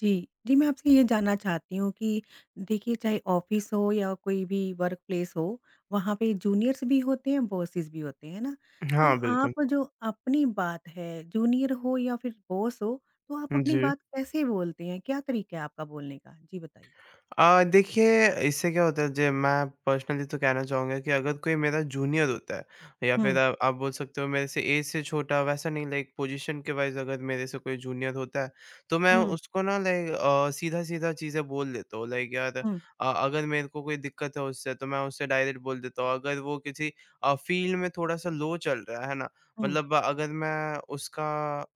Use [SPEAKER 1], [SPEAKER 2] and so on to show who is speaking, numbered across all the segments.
[SPEAKER 1] जी। जी, मैं आपसे ये जानना चाहती हूँ कि देखिए चाहे ऑफ़िस हो या कोई भी वर्क प्लेस हो, वहाँ पे जूनियर्स भी होते हैं, बॉसेस भी होते हैं, है ना? तो
[SPEAKER 2] हाँ, बिल्कुल।
[SPEAKER 1] आप जो अपनी बात है, जूनियर हो या फिर बॉस हो, तो आप अपनी
[SPEAKER 2] जी।
[SPEAKER 1] बात कैसे बोलते हैं? क्या तरीका है आपका बोलने का? जी बताइए।
[SPEAKER 2] देखिए इससे क्या होता है जे मैं पर्सनली तो कहना चाहूँगा कि अगर कोई मेरा जूनियर होता है या
[SPEAKER 1] हुँ,
[SPEAKER 2] फिर आप बोल सकते हो मेरे से एज से छोटा वैसा नहीं लाइक पोजीशन के वाइज़ अगर मेरे से कोई जूनियर होता है, तो मैं
[SPEAKER 1] हुँ,
[SPEAKER 2] उसको ना लाइक सीधा-सीधा चीज़ें बोल देता हूँ। लाइक यार
[SPEAKER 1] हुँ,
[SPEAKER 2] अगर मेरे को कोई दिक्कत है उससे तो मैं उससे डायरेक्ट बोल देता हूँ। अगर वो किसी फ़ील्ड में थोड़ा-सा लो चल रहा है ना?
[SPEAKER 1] हुँ,
[SPEAKER 2] मतलब अगर मैं उसका अ,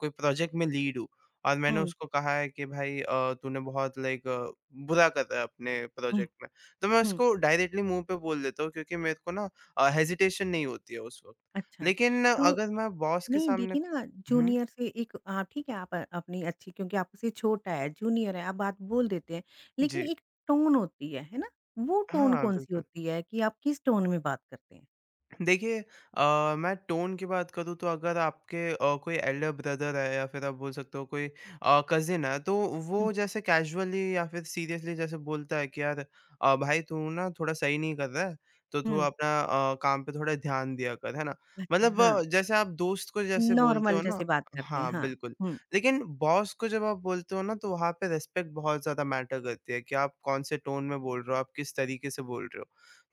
[SPEAKER 2] कोई प्रोजेक्ट में लीड हूँ, और मैंने
[SPEAKER 1] हुँ,
[SPEAKER 2] उसको कहा है कि भाई तूने बहुत लाइक बुरा करा है अपने
[SPEAKER 1] हुँ,
[SPEAKER 2] प्रोजेक्ट में। तो मैं
[SPEAKER 1] हुँ।
[SPEAKER 2] उसको डायरेक्टली मुँह पे बोल देता हूँ क्योंकि मेरे को ना हेजिटेशन नहीं होती है उस वक़्त।
[SPEAKER 1] अच्छा,
[SPEAKER 2] लेकिन
[SPEAKER 1] तो
[SPEAKER 2] अगर मैं बॉस के
[SPEAKER 1] नहीं
[SPEAKER 2] सामने
[SPEAKER 1] देखिए ना
[SPEAKER 2] हुँ,
[SPEAKER 1] जूनियर से एक हाँ ठीक है आप अपनी अच्छी क्योंकि आपसे छोटा है जूनियर है आप बात बोल देते हैं। लेकिन
[SPEAKER 2] जी।
[SPEAKER 1] एक टोन होती है ना? वो टोन
[SPEAKER 2] हाँ,
[SPEAKER 1] कौन सी
[SPEAKER 2] बिल्कुल।
[SPEAKER 1] होती है कि आप किस टोन में बात करते हैं?
[SPEAKER 2] देखिए मैं टोन की बात करूँ तो अगर आपके कोई एल्डर ब्रदर है या फिर आप बोल सकते हो कोई कजिन है तो
[SPEAKER 1] हम्म।
[SPEAKER 2] वो जैसे कैजुअली या फिर सीरियसली जैसे बोलता है कि यार भाई तू ना थोड़ा सही नहीं कर रहा है तो तू
[SPEAKER 1] हम्म,
[SPEAKER 2] अपना काम पे थोड़ा ध्यान दिया कर है ना
[SPEAKER 1] अच्छा
[SPEAKER 2] मतलब
[SPEAKER 1] हाँ,
[SPEAKER 2] जैसे आप दोस्त को जैसे बोलते
[SPEAKER 1] नॉर्मल
[SPEAKER 2] हो ना
[SPEAKER 1] जैसे बात करते हैं
[SPEAKER 2] हाँ
[SPEAKER 1] हाँ।
[SPEAKER 2] बिल्कुल
[SPEAKER 1] हम्म
[SPEAKER 2] लेकिन बॉस को जब आप बोलते हो ना तो वहाँ पे रेस्पेक्ट बहुत ज्यादा मैटर करती है कि आप कौन से टोन में बोल रहे हो आप किस तरीके से बोल रहे हो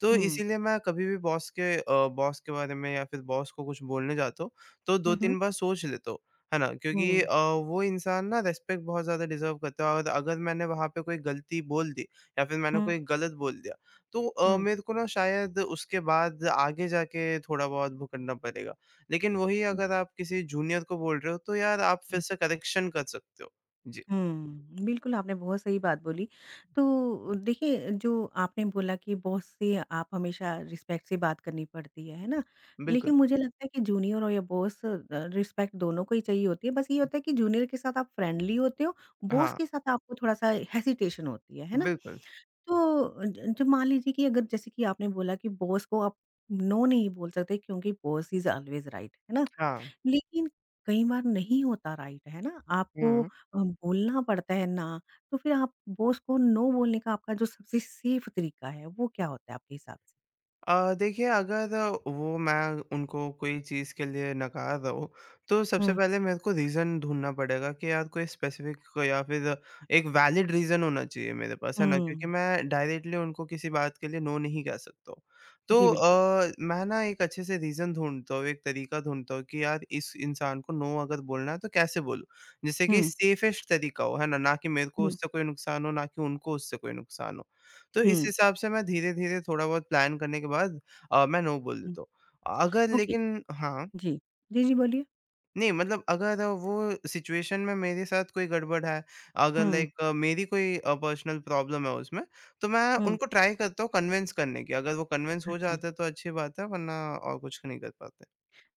[SPEAKER 2] तो
[SPEAKER 1] हम्म
[SPEAKER 2] इसीलिए मैं कभी भी बॉस के बॉस के बारे में या फिर बॉस को कुछ बोलने जाता हूँ, तो
[SPEAKER 1] हम्म
[SPEAKER 2] 2-3 बार सोच लेता हूँ, है ना? क्योंकि
[SPEAKER 1] हम्म
[SPEAKER 2] वो इंसान ना रिस्पेक्ट बहुत ज़्यादा डिज़र्व करता है और अगर मैंने वहाँ पे कोई गलती बोल दी या फिर मैंने
[SPEAKER 1] हम्म
[SPEAKER 2] कोई गलत बोल दिया, तो
[SPEAKER 1] हम्म।
[SPEAKER 2] मेरे को ना शायद उसके बाद आगे जाके थोड़ा बहुत भुगतना पड़ेगा। लेकिन वही
[SPEAKER 1] जी,
[SPEAKER 2] अगर आप किसी जूनियर को बोल रहे हो, तो यार आप फिर से करेक्शन कर सकते हो। जी,
[SPEAKER 1] हुँ, बिल्कुल आपने बहुत सही बात बोली। तो देखिए जो आपने बोला कि बॉस से आप हमेशा रिस्पेक्ट से बात करनी पड़ती है ना?
[SPEAKER 2] बिल्कुल।
[SPEAKER 1] लेकिन मुझे लगता है कि जूनियर और या बॉस, रिस्पेक्ट दोनों को ही चाहिए होती है। बस ये होता है कि जूनियर के साथ आप फ्रेंडली होते हो, बॉस
[SPEAKER 2] हाँ,
[SPEAKER 1] के साथ आपको थोड़ा-सा हेसिटेशन होती है ना?
[SPEAKER 2] बिल्कुल।
[SPEAKER 1] तो ज जो मान लीजिए कि अगर जैसे कि आपने बोला कि बॉस को आप नो नहीं बोल सकते क्योंकि बॉस इज़ ऑलवेज़ राइट, है ना?
[SPEAKER 2] हाँ।
[SPEAKER 1] लेकिन कई बार नहीं होता राइट, है ना?
[SPEAKER 2] हुँ,
[SPEAKER 1] आपको
[SPEAKER 2] हुँ।
[SPEAKER 1] बोलना पड़ता है ना, तो फिर आप बॉस को नो बोलने का आपका जो सबसे सेफ तरीका है, वो क्या होता है आपके हिसाब से?
[SPEAKER 2] देखिए अगर वो मैं उनको कोई चीज़ के लिए नकार रहा हूँ, तो सबसे
[SPEAKER 1] हुँ।
[SPEAKER 2] पहले मेरे को रीज़न ढूँढना पड़ेगा कि यार कोई स्पेसिफ़िक या फिर एक वैलिड रीज़न होना चाहिए मेरे पास, है ना? क्योंकि
[SPEAKER 1] हुँ,
[SPEAKER 2] मैं डायरेक्टली उनको किसी बात के लिए नो नहीं कह सकता हूँ।
[SPEAKER 1] जी,
[SPEAKER 2] तो
[SPEAKER 1] बिल्कुल।
[SPEAKER 2] मैं ना एक अच्छे से रीज़न ढूँढता हूँ, एक तरीका ढूँढता हूँ कि यार इस इंसान को नो अगर बोलना है तो कैसे बोलूँ? जिससे कि
[SPEAKER 1] हुँ,
[SPEAKER 2] सेफ़ेस्ट तरीका हो, है ना? ना कि मेरे को
[SPEAKER 1] हुँ,
[SPEAKER 2] उससे कोई नुकसान हो, ना कि उनको उससे कोई नुकसान हो। तो इस
[SPEAKER 1] हुँ,
[SPEAKER 2] हिसाब से मैं धीरे-धीरे थोड़ा बहुत प्लान करने के बाद मैं नो बोल
[SPEAKER 1] हुँ।
[SPEAKER 2] देता हूँ। अगर
[SPEAKER 1] ओके,
[SPEAKER 2] लेकिन हाँ,
[SPEAKER 1] जी। जी, जी, बोलिए।
[SPEAKER 2] नहीं मतलब अगर वो सिचुएशन में मेरे साथ कोई गड़बड़ है, अगर
[SPEAKER 1] हुँ,
[SPEAKER 2] लाइक मेरी कोई पर्सनल प्रॉब्लम है उसमें, तो मैं
[SPEAKER 1] हुँ।
[SPEAKER 2] उनको ट्राई करता हूँ कन्विंस करने की। अगर वो कन्विंस हो
[SPEAKER 1] अच्छा।
[SPEAKER 2] जाते हैं तो अच्छी बात है वरना और कुछ नहीं कर पाते।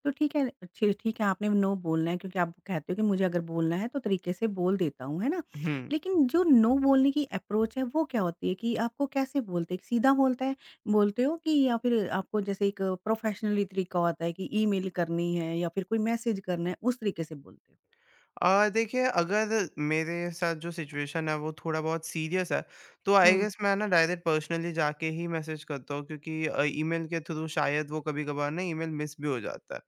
[SPEAKER 1] तो ठीक है, ठी ठीक है आपने नो बोलना है क्योंकि आप कहते हो कि मुझे अगर बोलना है तो तरीके से बोल देता हूँ, है ना?
[SPEAKER 2] हुँ।
[SPEAKER 1] लेकिन जो नो बोलने की अप्रोच है वो क्या होती है कि आपको कैसे बोलते हैं? सीधा बोलता है बोलते हो कि या फिर आपको जैसे एक प्रोफेशनली तरीका होता है कि ईमेल करनी है या फिर कोई मैसेज करना है, उस तरीके से बोलते हो?
[SPEAKER 2] देखिए अगर मेरे साथ जो सिचुएशन है वो थोड़ा बहुत सीरियस है, तो आई
[SPEAKER 1] हुँ,
[SPEAKER 2] गेस मैं ना डायरेक्ट पर्सनली जाके ही मैसेज करता हूँ क्योंकि ईमेल के थ्रू शायद वो कभी-कभार ना ईमेल मिस भी हो जाता है।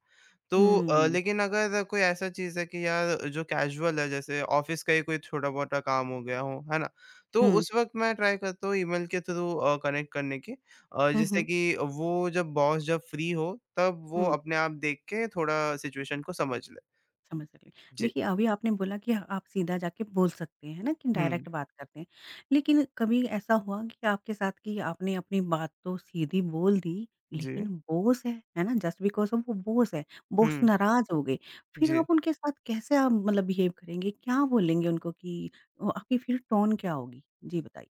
[SPEAKER 2] तो
[SPEAKER 1] हुँ,
[SPEAKER 2] लेकिन अगर कोई ऐसा चीज़ है कि यार जो कैजुअल है जैसे ऑफ़िस का ही कोई छोटा-मोटा काम हो गया हो, है ना? तो
[SPEAKER 1] हुँ,
[SPEAKER 2] उस वक़्त मैं ट्राई करता हूँ ईमेल के थ्रू कनेक्ट करने की
[SPEAKER 1] हुँ,
[SPEAKER 2] जिससे
[SPEAKER 1] हुँ,
[SPEAKER 2] कि वो जब बॉस जब फ्री हो तब वो
[SPEAKER 1] हुँ।
[SPEAKER 2] अपने आप देख के थोड़ा सिचुएशन को समझ ले।
[SPEAKER 1] समझ सकते हैं।
[SPEAKER 2] जी।
[SPEAKER 1] देखिए, अभी आपने बोला कि आप सीधा जाके बोल सकते हैं, है ना? कि
[SPEAKER 2] हुँ।
[SPEAKER 1] डायरेक्ट बात करते हैं। लेकिन कभी ऐसा हुआ कि आपके साथ कि आपने अपनी बात तो सीधी बोल दी, लेकिन
[SPEAKER 2] जी।
[SPEAKER 1] बॉस है ना? जस्ट बिकॉज़ ऑफ़ वो बॉस है, बॉस
[SPEAKER 2] हुँ,
[SPEAKER 1] नाराज़ हो गए। फिर
[SPEAKER 2] जी।
[SPEAKER 1] आप उनके साथ कैसे आप मतलब बिहेव करेंगे? क्या बोलेंगे उनको कि आपकी फिर टोन क्या होगी? जी बताइए।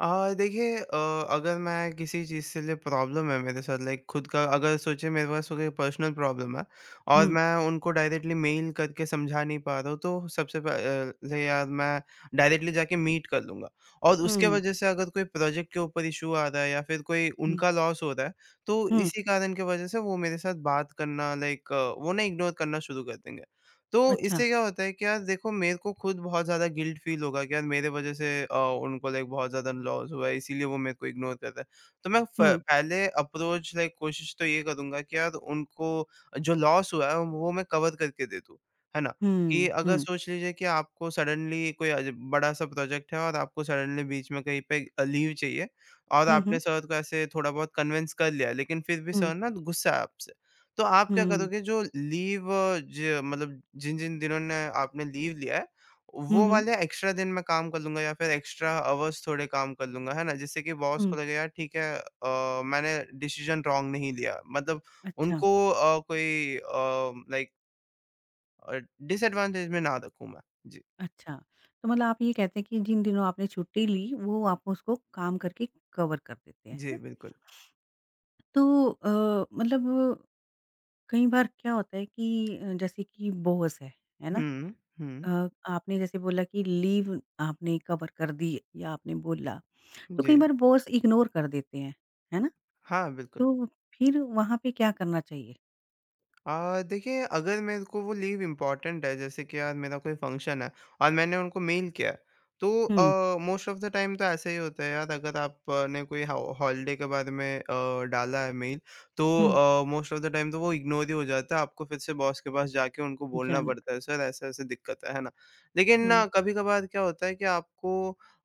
[SPEAKER 2] देखिए अगर मैं किसी चीज़ से लिए प्रॉब्लम है मेरे साथ लाइक खुद का अगर सोचिए मेरे पास कोई पर्सनल प्रॉब्लम है और
[SPEAKER 1] हुँ,
[SPEAKER 2] मैं उनको डायरेक्टली मेल करके समझा नहीं पा रहा हूँ तो सबसे पहले यार मैं डायरेक्टली जाके मीट कर लूँगा। और उसके
[SPEAKER 1] हुँ,
[SPEAKER 2] वजह से अगर कोई प्रोजेक्ट के ऊपर इश्यू आ रहा है या फिर कोई
[SPEAKER 1] हुँ,
[SPEAKER 2] उनका लॉस हो रहा है, तो
[SPEAKER 1] हुँ,
[SPEAKER 2] इसी कारण की वजह से वो मेरे साथ बात करना लाइक वो ना इग्नोर करना शुरू कर देंगे। तो
[SPEAKER 1] अच्छा।
[SPEAKER 2] इससे क्या होता है कि यार देखो मेरे को खुद बहुत ज़्यादा गिल्ट फ़ील होगा कि यार मेरे वज़ह से उनको लाइक बहुत ज़्यादा लॉस हुआ है इसीलिए वो मेरे को इग्नोर कर रहा है। तो मैं फ
[SPEAKER 1] हुँ,
[SPEAKER 2] पहले अप्रोच लाइक कोशिश तो ये करूँगा कि यार उनको जो लॉस हुआ है वो मैं कवर करके दे दूँ, है ना? कि
[SPEAKER 1] हुँ,
[SPEAKER 2] अगर
[SPEAKER 1] हुँ,
[SPEAKER 2] सोच लीजिए कि आपको सडनली कोई अज बड़ा-सा प्रोजेक्ट है और आपको सडनली बीच में कहीं पे लीव चाहिए और
[SPEAKER 1] हुँ, हुँ,
[SPEAKER 2] आपने सर को ऐसे थोड़ा बहुत कन्विंस कर लिया लेकिन फिर भी
[SPEAKER 1] हुँ,
[SPEAKER 2] सर ना गुस्सा है आपसे। तो आप क्या
[SPEAKER 1] हुँ,
[SPEAKER 2] करोगे जो लीव ज मतलब जिन-जिन दिनों ने आपने लीव लिया है,
[SPEAKER 1] हुँ,
[SPEAKER 2] वो
[SPEAKER 1] हुँ,
[SPEAKER 2] वाले एक्स्ट्रा दिन मैं काम कर लूँगा या फिर एक्स्ट्रा अवर्स थोड़े काम कर लूँगा, है ना? जिससे कि बॉस
[SPEAKER 1] हुँ,
[SPEAKER 2] को लगे यार ठीक है मैंने डिसीज़न रॉन्ग नहीं लिया। मतलब
[SPEAKER 1] अच्छा।
[SPEAKER 2] उनको कोई लाइक अ, डिसएडवांटेज में ना रखूँ मैं। जी।
[SPEAKER 1] अच्छा, तो मतलब आप ये कहते हैं कि जिन दिनों आपने छुट्टी ली, वो आप उसको काम करके कवर कर देते हैं, है
[SPEAKER 2] जी,
[SPEAKER 1] ना?
[SPEAKER 2] बिल्कुल।
[SPEAKER 1] तो मतलब कई बार क्या होता है कि जैसे कि बॉस है ना?
[SPEAKER 2] हुँ, हुँ।
[SPEAKER 1] आपने जैसे बोला कि लीव आपने कवर कर दी या आपने बोला, तो
[SPEAKER 2] जी।
[SPEAKER 1] कई बार बॉस इग्नोर कर देते हैं, है ना?
[SPEAKER 2] हाँ, बिल्कुल।
[SPEAKER 1] तो फिर वहाँ पे क्या करना चाहिए?
[SPEAKER 2] देखिए अगर मेरे को वो लीव इम्पोर्टेंट है जैसे कि यार मेरा कोई फंक्शन है और मैंने उनको मेल किया है,
[SPEAKER 1] हुँ,
[SPEAKER 2] तो मोस्ट ऑफ द टाइम तो ऐसा ही होता है यार अगर आपने कोई हॉलीडे के बारे में डाला है मेल
[SPEAKER 1] हुँ,
[SPEAKER 2] तो मोस्ट ऑफ द टाइम तो वो इग्नोर ही हो जाता है आपको फिर से बॉस के पास जाके उनको बोलना
[SPEAKER 1] जाना पड़
[SPEAKER 2] पड़ता है सर ऐसा ऐसे दिक्कत है ना लेकिन
[SPEAKER 1] हुँ,
[SPEAKER 2] ना कभी कभार क्या होता है कि आपको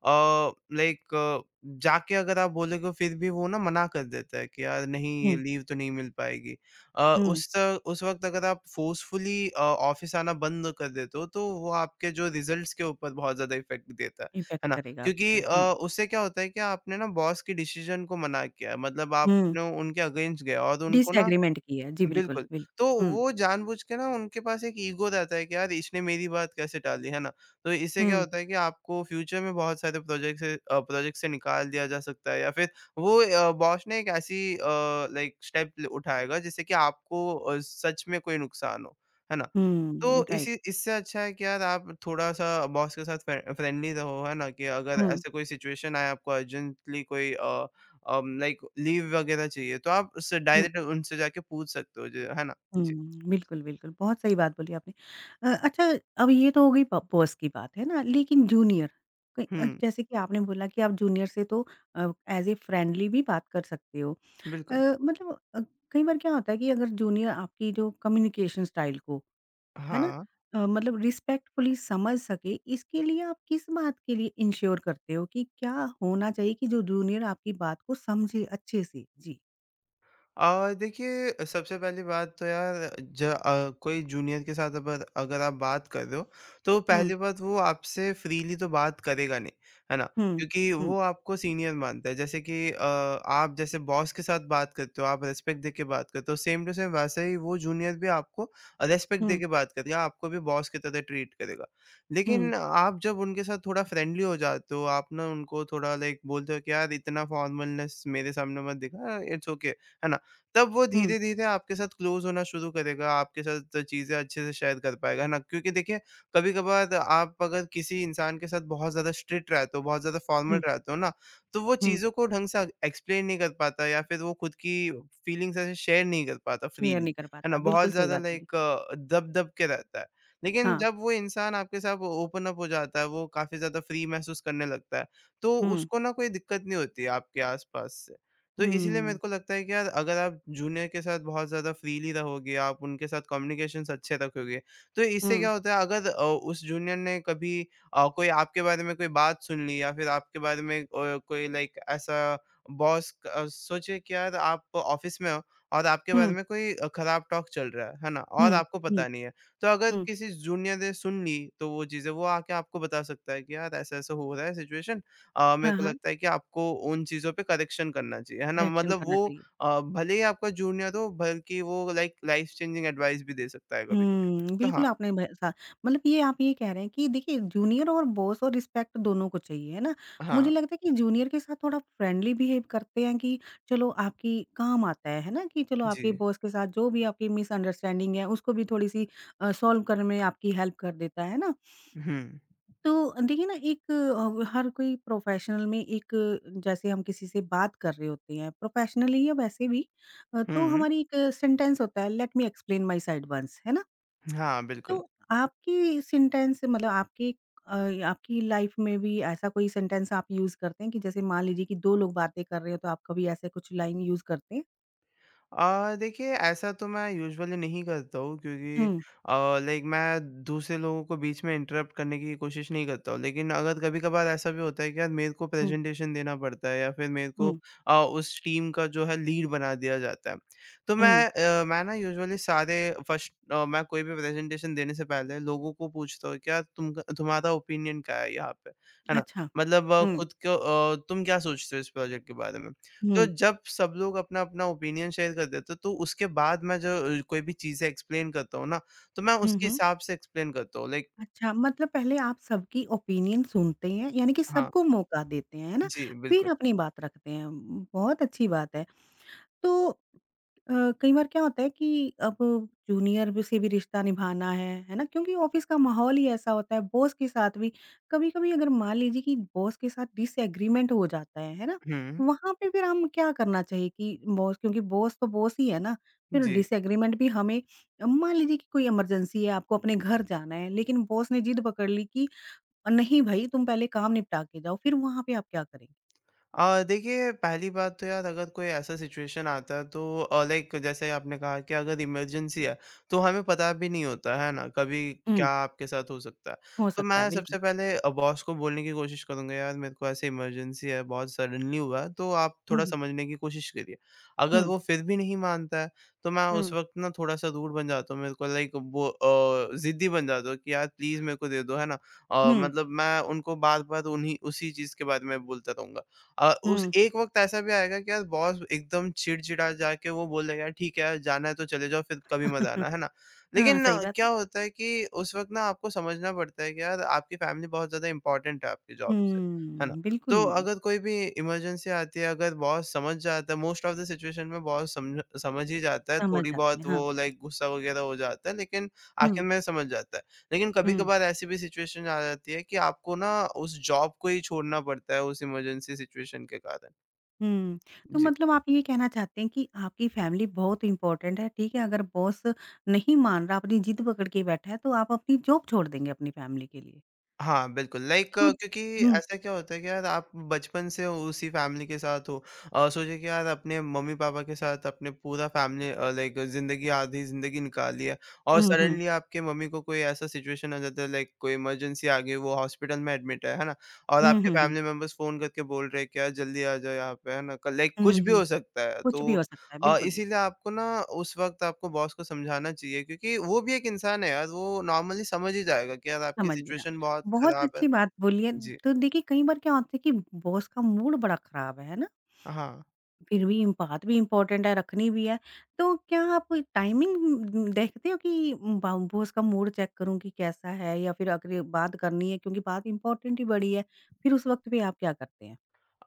[SPEAKER 2] लाइक जाके अगर आप बोलोगे फिर भी वो ना मना कर देता है कि यार नहीं ये
[SPEAKER 1] हुँ,
[SPEAKER 2] लीव तो नहीं मिल पाएगी अ,
[SPEAKER 1] हुँ,
[SPEAKER 2] उस त उस वक़्त अगर आप फ़ोर्सफुली ऑफ़िस आना बंद कर देते हो, तो वो आपके जो रिज़ल्ट्स के ऊपर बहुत ज़्यादा इफ़ेक्ट देता है। है
[SPEAKER 1] इम्पैक्ट
[SPEAKER 2] ना?
[SPEAKER 1] करेगा
[SPEAKER 2] क्योंकि
[SPEAKER 1] बिल्कुल, हुँ,
[SPEAKER 2] उससे क्या होता है कि आपने ना बॉस के डिसीज़न को मना किया है, मतलब
[SPEAKER 1] हुँ,
[SPEAKER 2] आपने उनके अगेंस्ट गए और उनको ना
[SPEAKER 1] डिसएग्रीमेंट की है। जी, बिल्कुल,
[SPEAKER 2] बिल्कुल,
[SPEAKER 1] बिल्कुल,
[SPEAKER 2] तो
[SPEAKER 1] हुँ।
[SPEAKER 2] वो जानबूझ के ना उनके पास एक ईगो रहता है कि यार इसने मेरी बात कैसे टाली, है ना? तो इससे क्या
[SPEAKER 1] हुँ,
[SPEAKER 2] होता है कि आपको फ्यूचर में बहुत सारे प्रोजेक्ट से निकाल दिया जा सकता है या फिर वो बॉस ने एक ऐसी लाइक स्टेप ल उठाएगा जिससे कि आपको सच में कोई नुकसान हो, है ना? तो
[SPEAKER 1] हुँ, राइट।
[SPEAKER 2] इसी इससे अच्छा है कि यार आप थोड़ा-सा बॉस के साथ फ्रेंडली रहो, है ना? कि अगर
[SPEAKER 1] हुँ,
[SPEAKER 2] ऐसे कोई सिचुएशन आए आपको अर्जेंटली कोई लाइक लीव वगैरह चाहिए तो आप उससे
[SPEAKER 1] हुँ,
[SPEAKER 2] डायरेक्ट उनसे जाके पूछ सकते हो, ज है ना? जी।
[SPEAKER 1] हुँ, बिल्कुल, बिल्कुल, बहुत सही बात बोली आपने। अच्छा, अब ये तो हो गई ब बॉस की बात, है ना? लेकिन जूनियर कई
[SPEAKER 2] हुँ,
[SPEAKER 1] जैसे कि आपने बोला कि आप जूनियर से तो एज़ ए फ्रेंडली भी बात कर सकते हो।
[SPEAKER 2] बिल्कुल।
[SPEAKER 1] अ, मतलब कई बार क्या होता है कि अगर जूनियर आपकी जो कम्युनिकेशन स्टाइल को, है ना?
[SPEAKER 2] हाँ।
[SPEAKER 1] मतलब रिस्पेक्टफुली समझ सके, इसके लिए आप किस बात के लिए इंश्योर करते हो कि क्या होना चाहिए कि जो जूनियर आपकी बात को समझे अच्छे से? जी।
[SPEAKER 2] देखिए सबसे पहली बात तो यार ज कोई जूनियर के साथ अगर अगर आप बात कर रहे हो, तो
[SPEAKER 1] हुँ।
[SPEAKER 2] पहली बात वो आपसे फ्रीली तो बात करेगा नहीं, है ना?
[SPEAKER 1] हुँ,
[SPEAKER 2] क्योंकि
[SPEAKER 1] हुँ,
[SPEAKER 2] वो आपको सीनियर मानता है जैसे कि आप जैसे बॉस के साथ बात करते हो, आप रिस्पेक्ट देके बात करते हो, सेम टू सेम वैसे ही वो जूनियर भी आपको रिस्पेक्ट
[SPEAKER 1] हुँ,
[SPEAKER 2] देके बात करेगा, आपको भी बॉस की तरह ट्रीट करेगा।
[SPEAKER 1] हुँ,
[SPEAKER 2] लेकिन आप जब उनके साथ थोड़ा फ्रेंडली हो जाते हो, आप ना उनको थोड़ा लाइक बोलते हो कि यार इतना फॉर्मलनेस मेरे सामने मत दिखा, इट्स ओके, है ना? तब वो
[SPEAKER 1] हुँ,
[SPEAKER 2] धीरे-धीरे आपके साथ क्लोज़ होना शुरू करेगा, आपके साथ चीज़ें अच्छे से शेयर कर पाएगा, है ना? क्योंकि देखिए, कभी-कभार आप अगर किसी इंसान के साथ बहुत ज़्यादा स्ट्रिक्ट रहते हो, बहुत ज़्यादा फॉर्मल
[SPEAKER 1] हुँ,
[SPEAKER 2] रहते हो ना, तो वो
[SPEAKER 1] हुँ,
[SPEAKER 2] चीज़ों को ढंग से एक्सप्लेन नहीं कर पाता या फिर वो खुद की फीलिंग्स ऐसे शेयर नहीं कर पाता
[SPEAKER 1] शेयर
[SPEAKER 2] फ्रीली,
[SPEAKER 1] नहीं कर
[SPEAKER 2] है
[SPEAKER 1] पाता,
[SPEAKER 2] ना? बहुत
[SPEAKER 1] बिल्कुल सही
[SPEAKER 2] ज़्यादा
[SPEAKER 1] बात बोली।
[SPEAKER 2] लाइक दब-दब के रहता है। लेकिन
[SPEAKER 1] हाँ,
[SPEAKER 2] जब वो इंसान आपके साथ ओपन अप हो जाता है, वो काफ़ी ज़्यादा फ्री महसूस करने लगता है, तो
[SPEAKER 1] हुँ,
[SPEAKER 2] उसको ना कोई दिक्कत नहीं होती है आपके आसपास। तो इसीलिए
[SPEAKER 1] हुँ,
[SPEAKER 2] मेरे को लगता है कि यार अगर आप जूनियर के साथ बहुत ज़्यादा फ्रीली रहोगे, आप उनके साथ कम्युनिकेशंस अच्छे रखोगे, तो इससे
[SPEAKER 1] हुँ,
[SPEAKER 2] क्या होता है अगर उस जूनियर ने कभी कोई आपके बारे में कोई बात सुन ली या फिर आपके बारे में कोई लाइक ऐसा बॉस सोचिए कि यार आप ऑफ़िस में हो और आपके बारे
[SPEAKER 1] हुँ,
[SPEAKER 2] में कोई खराब टॉक चल रहा है ना? और
[SPEAKER 1] हुँ,
[SPEAKER 2] आपको
[SPEAKER 1] हुँ,
[SPEAKER 2] पता नहीं है। तो अगर
[SPEAKER 1] हुँ,
[SPEAKER 2] किसी जूनियर ने सुन ली, तो वो चीज़ें वो आके आपको बता सकता है कि यार ऐसा-ऐसा हो रहा है सिचुएशन मेरे
[SPEAKER 1] हाँ,
[SPEAKER 2] को
[SPEAKER 1] हाँ,
[SPEAKER 2] लगता है कि आपको उन चीज़ों पे करेक्शन करना चाहिए, है ना?
[SPEAKER 1] रिएक्शन
[SPEAKER 2] मतलब
[SPEAKER 1] करना
[SPEAKER 2] वो
[SPEAKER 1] चाहिए।
[SPEAKER 2] भले ही आपका जूनियर हो, बल्कि वो लाइक लाइफ चेंजिंग एडवाइस भी दे सकता है कभी-कभी।
[SPEAKER 1] हुँ,
[SPEAKER 2] तो
[SPEAKER 1] बिल्कुल
[SPEAKER 2] हाँ,
[SPEAKER 1] आपने भ सा मतलब ये आप ये कह रहे हैं कि देखिए जूनियर और बॉस और रिस्पेक्ट दोनों को चाहिए, है ना? मुझे
[SPEAKER 2] हाँ,
[SPEAKER 1] लगता है कि जूनियर के साथ थोड़ा फ्रेंडली बिहेव करते हैं कि चलो आपकी काम आता है ना? कि चलो
[SPEAKER 2] जी।
[SPEAKER 1] आपके बॉस के साथ जो भी आपकी मिसअंडरस्टैंडिंग है उसको भी थोड़ी-सी सॉल्व करने में आपकी हेल्प कर देता है ना?
[SPEAKER 2] हुँ,
[SPEAKER 1] तो देखिए ना एक हर कोई प्रोफेशनल में एक जैसे हम किसी से बात कर रहे होते हैं प्रोफेशनली या वैसे भी, तो
[SPEAKER 2] हुँ,
[SPEAKER 1] हमारी एक सेंटेंस होता है, let me explain my side once, है ना?
[SPEAKER 2] हाँ,
[SPEAKER 1] तो
[SPEAKER 2] बिल्कुल।
[SPEAKER 1] आपकी सेंटेंस मतलब आपके अ, आपकी लाइफ में भी ऐसा कोई सेंटेंस आप यूज करते हैं कि जैसे मान लीजिए कि दो लोग बातें कर रहे हो तो आप कभी ऐसे कुछ लाइन यूज करते हैं?
[SPEAKER 2] देखिए ऐसा तो मैं यूजुअली नहीं करता हूँ, क्योंकि
[SPEAKER 1] हम्म
[SPEAKER 2] लाइक मैं दूसरे लोगों को बीच में इंटरप्ट करने की कोशिश नहीं करता हूँ। लेकिन अगर कभी-कभार ऐसा भी होता है कि यार मेरे को
[SPEAKER 1] हम्म
[SPEAKER 2] प्रेज़ेंटेशन देना पड़ता है या फिर मेरे को
[SPEAKER 1] हम्म
[SPEAKER 2] उस टीम का जो है लीड बना दिया जाता है। तो मैं
[SPEAKER 1] हम्म।
[SPEAKER 2] अ, मैं ना यूजुअली मैं कोई भी प्रेज़ेंटेशन देने से पहले लोगों को पूछता हूँ कि यार तुम्हारा ओपिनियन क्या है यहाँ पे? है ना?
[SPEAKER 1] अच्छा।
[SPEAKER 2] मतलब
[SPEAKER 1] हम्म
[SPEAKER 2] तुम क्या सोचते हो इस प्रोजेक्ट के बारे में? तो
[SPEAKER 1] हम्म
[SPEAKER 2] जब सब लोग अपना-अपना ओपिनियन शेयर कर देते हैं, तो उसके बाद मैं जो कोई भी चीज़ें एक्सप्लेन करता हूँ ना, तो मैं उसके
[SPEAKER 1] हम्म।
[SPEAKER 2] हिसाब से एक्सप्लेन करता हूँ लाइक।
[SPEAKER 1] अच्छा, मतलब पहले आप सबकी ओपिनियन सुनते हैं, यानी कि
[SPEAKER 2] हाँ।
[SPEAKER 1] सबको मौका देते हैं, है ना?
[SPEAKER 2] जी,
[SPEAKER 1] फिर
[SPEAKER 2] बिल्कुल।
[SPEAKER 1] अपनी बात रखते हैं। बहुत अच्छी बात है। तो कई बार क्या होता है कि अब जूनियर भी से भी रिश्ता निभाना है ना? क्योंकि ऑफिस का माहौल ही ऐसा होता है, बॉस के साथ भी कभी-कभी अगर मान लीजिए कि बॉस के साथ डिसएग्रीमेंट हो जाता है ना?
[SPEAKER 2] हुँ,
[SPEAKER 1] वहाँ पे फिर हम क्या करना चाहिए कि बॉस, क्योंकि बॉस तो बॉस ही है ना, फिर
[SPEAKER 2] जी।
[SPEAKER 1] डिसएग्रीमेंट भी हमें मान लीजिए कि कोई इमरजेंसी है, आपको अपने घर जाना है, लेकिन बॉस ने जिद पकड़ ली कि नहीं भई तुम पहले काम निपटा के जाओ, फिर वहाँ पे आप क्या करेंगे?
[SPEAKER 2] देखिए पहली बात तो यार अगर कोई ऐसा सिचुएशन आता है तो लाइक जैसे आपने कहा कि अगर इमरजेंसी है तो हमें पता भी नहीं होता है ना कभी
[SPEAKER 1] हुँ।
[SPEAKER 2] क्या आपके साथ हो सकता है।
[SPEAKER 1] हो
[SPEAKER 2] तो
[SPEAKER 1] सकता है,
[SPEAKER 2] मैं
[SPEAKER 1] बिल्कुल।
[SPEAKER 2] सबसे पहले बॉस को बोलने की कोशिश करूंगा, यार मेरे को ऐसे इमरजेंसी है, बहुत सडनली हुआ है तो आप
[SPEAKER 1] हुँ,
[SPEAKER 2] थोड़ा
[SPEAKER 1] हुँ।
[SPEAKER 2] समझने की कोशिश करिए। अगर
[SPEAKER 1] हुँ,
[SPEAKER 2] वो फिर भी नहीं मानता है तो मैं उस
[SPEAKER 1] हुँ,
[SPEAKER 2] वक्त ना थोड़ा सा दूर बन जाता हूँ, मेरे को लाइक वो जिद्दी बन जाता हूँ कि यार प्लीज मेरे को दे दो, है ना?
[SPEAKER 1] हुँ।
[SPEAKER 2] मतलब मैं उनको बार बार उन्हीं उसी चीज के बारे में बोलता रहूंगा। उस
[SPEAKER 1] हुँ।
[SPEAKER 2] एक वक़्त ऐसा भी आएगा कि यार बॉस एकदम चिड़चिड़ा जाके वो बोल देगा, "ठीक है यार, जाना है तो चले जाओ, फिर कभी मत आना।" है ना?
[SPEAKER 1] हाँ,
[SPEAKER 2] लेकिन
[SPEAKER 1] सही बात
[SPEAKER 2] क्या
[SPEAKER 1] है।
[SPEAKER 2] होता है कि उस वक़्त ना आपको समझना पड़ता है कि यार आपकी फैमिली बहुत ज़्यादा इम्पोर्टेंट है आपकी जॉब से, है ना?
[SPEAKER 1] हुँ, बिल्कुल
[SPEAKER 2] तो अगर कोई भी इमरजेंसी आती है, अगर बॉस समझ जाता है, मोस्ट ऑफ द सिचुएशन में बॉस समझ समझ ही जाता है,
[SPEAKER 1] समझ
[SPEAKER 2] थोड़ी
[SPEAKER 1] जाते हैं,
[SPEAKER 2] बहुत वो
[SPEAKER 1] हाँ।
[SPEAKER 2] लाइक गुस्सा वगैरह हो जाता है, लेकिन
[SPEAKER 1] हुँ,
[SPEAKER 2] आखिर में समझ जाता है। लेकिन
[SPEAKER 1] हुँ,
[SPEAKER 2] कभी-कभार ऐसी भी सिचुएशन आ जाती है कि आपको ना उस जॉब को ही छोड़ना पड़ता है उस इमरजेंसी सिचुएशन के कारण।
[SPEAKER 1] हुँ। तो
[SPEAKER 2] जी।
[SPEAKER 1] मतलब आप ये कहना चाहते हैं कि आपकी फैमिली बहुत इम्पोर्टेंट है, ठीक है? अगर बॉस नहीं मान रहा, अपनी जिद पकड़ के बैठा है, तो आप अपनी जॉब छोड़ देंगे अपनी फैमिली के लिए।
[SPEAKER 2] हाँ, बिल्कुल लाइक,
[SPEAKER 1] तो
[SPEAKER 2] क्योंकि
[SPEAKER 1] हुँ,
[SPEAKER 2] ऐसा क्या होता है कि यार आप बचपन से उसी फैमिली के साथ हो। सोचिए कि यार अपने मम्मी-पापा के साथ अपने पूरा फैमिली लाइक ज़िंदगी आधी ज़िंदगी निकाली है और
[SPEAKER 1] हुँ, हुँ।
[SPEAKER 2] सडनली आपके मम्मी को कोई ऐसा सिचुएशन आ जाता है लाइक कोई इमरजेंसी आ गई, वो हॉस्पिटल में एडमिट है ना? और
[SPEAKER 1] हुँ,
[SPEAKER 2] आपके
[SPEAKER 1] हुँ, हुँ।
[SPEAKER 2] फैमिली मेंबर्स फ़ोन करके बोल रहे हैं कि यार जल्दी आ जाओ यहाँ पे, है ना? क लाइक
[SPEAKER 1] हुँ,
[SPEAKER 2] कुछ भी
[SPEAKER 1] हुँ।
[SPEAKER 2] हो सकता है।
[SPEAKER 1] कुछ भी
[SPEAKER 2] तो
[SPEAKER 1] हो सकता है, बिल्कुल,
[SPEAKER 2] इसीलिए
[SPEAKER 1] बिल्कुल,
[SPEAKER 2] आपको ना उस वक़्त आपको बॉस को समझाना चाहिए, क्योंकि वो भी एक इंसान है यार, वो नॉर्मली समझ ही जाएगा कि यार आपकी
[SPEAKER 1] समझ गया।
[SPEAKER 2] सिचुएशन बहुत
[SPEAKER 1] बहुत
[SPEAKER 2] खराब है।
[SPEAKER 1] अच्छी बात बोली है।
[SPEAKER 2] जी,
[SPEAKER 1] तो देखिए, कई बार क्या होता है कि बॉस का मूड बड़ा खराब है ना?
[SPEAKER 2] हाँ।
[SPEAKER 1] फिर भी इम बात भी इम्पोर्टेंट है, रखनी भी है। तो क्या आप टाइमिंग देखते हो कि बा बॉस का मूड चेक करूँ कि कैसा है, या फिर अगर ये बात करनी है क्योंकि बात इम्पोर्टेंट ही बड़ी है, फिर उस वक़्त पे आप क्या करते हैं?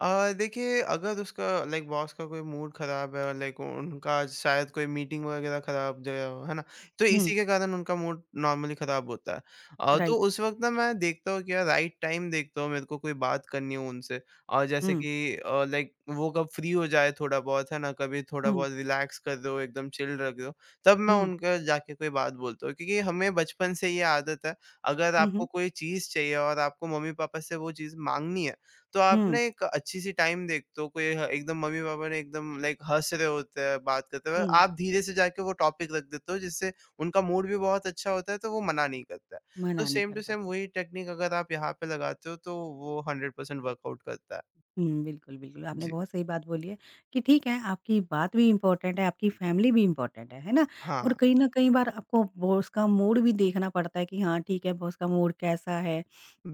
[SPEAKER 2] देखिए अगर उसका लाइक बॉस का कोई मूड ख़राब है और लाइक उनका शायद कोई मीटिंग वग़ैरह ख़राब गया हो, है ना? तो
[SPEAKER 1] हुँ,
[SPEAKER 2] इसी के कारण उनका मूड नॉर्मली ख़राब होता है। तो
[SPEAKER 1] राइट।
[SPEAKER 2] उस वक़्त ना मैं देखता हूँ कि यार राइट टाइम देखता हूँ, मेरे को कोई बात करनी हो उनसे और जैसे
[SPEAKER 1] हुँ,
[SPEAKER 2] कि लाइक वो कब फ्री हो जाए थोड़ा बहुत, है ना? कभी थोड़ा
[SPEAKER 1] हुँ,
[SPEAKER 2] बहुत रिलैक्स कर रहे हो, एकदम चिल लग रहे हो, तब मैं
[SPEAKER 1] हुँ,
[SPEAKER 2] उनका जाके कोई बात बोलता हूँ। क्योंकि हमें बचपन से ये आदत है, अगर
[SPEAKER 1] हुँ,
[SPEAKER 2] आपको
[SPEAKER 1] हुँ,
[SPEAKER 2] कोई चीज़ चाहिए और आपको मम्मी-पापा से वो चीज़ माँगनी है, तो आप
[SPEAKER 1] हुँ,
[SPEAKER 2] ना एक अच्छी-सी टाइम देखते हो, कोई ह एकदम मम्मी-पापा ने एकदम लाइक हँस रहे होते हैं, बात करते हुए,
[SPEAKER 1] हुँ।
[SPEAKER 2] आप धीरे से जाके वो टॉपिक रख देते हो, जिससे उनका मूड भी बहुत अच्छा होता है, तो वो मना नहीं करता है। तो
[SPEAKER 1] मना नहीं
[SPEAKER 2] सेम
[SPEAKER 1] कर
[SPEAKER 2] टू सेम
[SPEAKER 1] पाते।
[SPEAKER 2] वही टेक्निक अगर आप यहाँ पे लगाते हो, तो वो 100% वर्कआउट करता है।
[SPEAKER 1] हुँ, बिल्कुल, बिल्कुल, आपने
[SPEAKER 2] जी।
[SPEAKER 1] बहुत सही बात बोली है कि ठीक है, आपकी बात भी इम्पोर्टेंट है, आपकी फैमिली भी इम्पोर्टेंट है ना? और
[SPEAKER 2] हाँ,
[SPEAKER 1] कहीं न कहीं बार आपको बॉस का मूड भी देखना पड़ता है कि हाँ, ठीक है, बॉस का मूड कैसा है?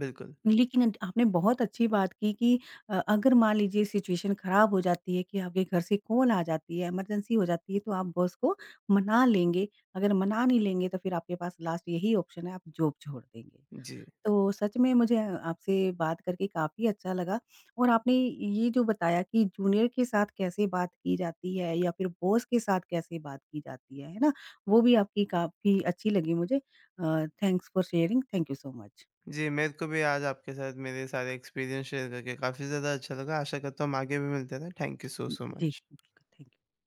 [SPEAKER 2] बिल्कुल।
[SPEAKER 1] लेकिन आपने बहुत अच्छी बात की कि अगर मान लीजिए सिचुएशन खराब हो जाती है कि आपके घर से कॉल आ जाती है, इमरजेंसी हो जाती है तो आप बॉस को मना लेंगे, अगर मना नहीं लेंगे तो फिर आपके पास लास्ट यही ऑप्शन है, आप जॉब छोड़ देंगे।
[SPEAKER 2] जी।
[SPEAKER 1] तो सच में मुझे आपसे बात करके काफ़ी अच्छा लगा, और आपने ये जो बताया कि जूनियर के साथ कैसे बात की जाती है या फिर बॉस के साथ कैसे बात की जाती है ना? वो भी आपकी काफ़ी अच्छी लगी मुझे। Thanks for sharing, thank you so much.
[SPEAKER 2] जी, मेरे को भी आज आपके साथ मेरे सारे एक्सपीरियंस शेयर करके काफ़ी ज़्यादा अच्छा लगा। आशा करता हूँ हम आगे भी मिलते रहें। थैंक यू
[SPEAKER 1] जी,
[SPEAKER 2] सो मच।
[SPEAKER 1] बिल्कुल थैंक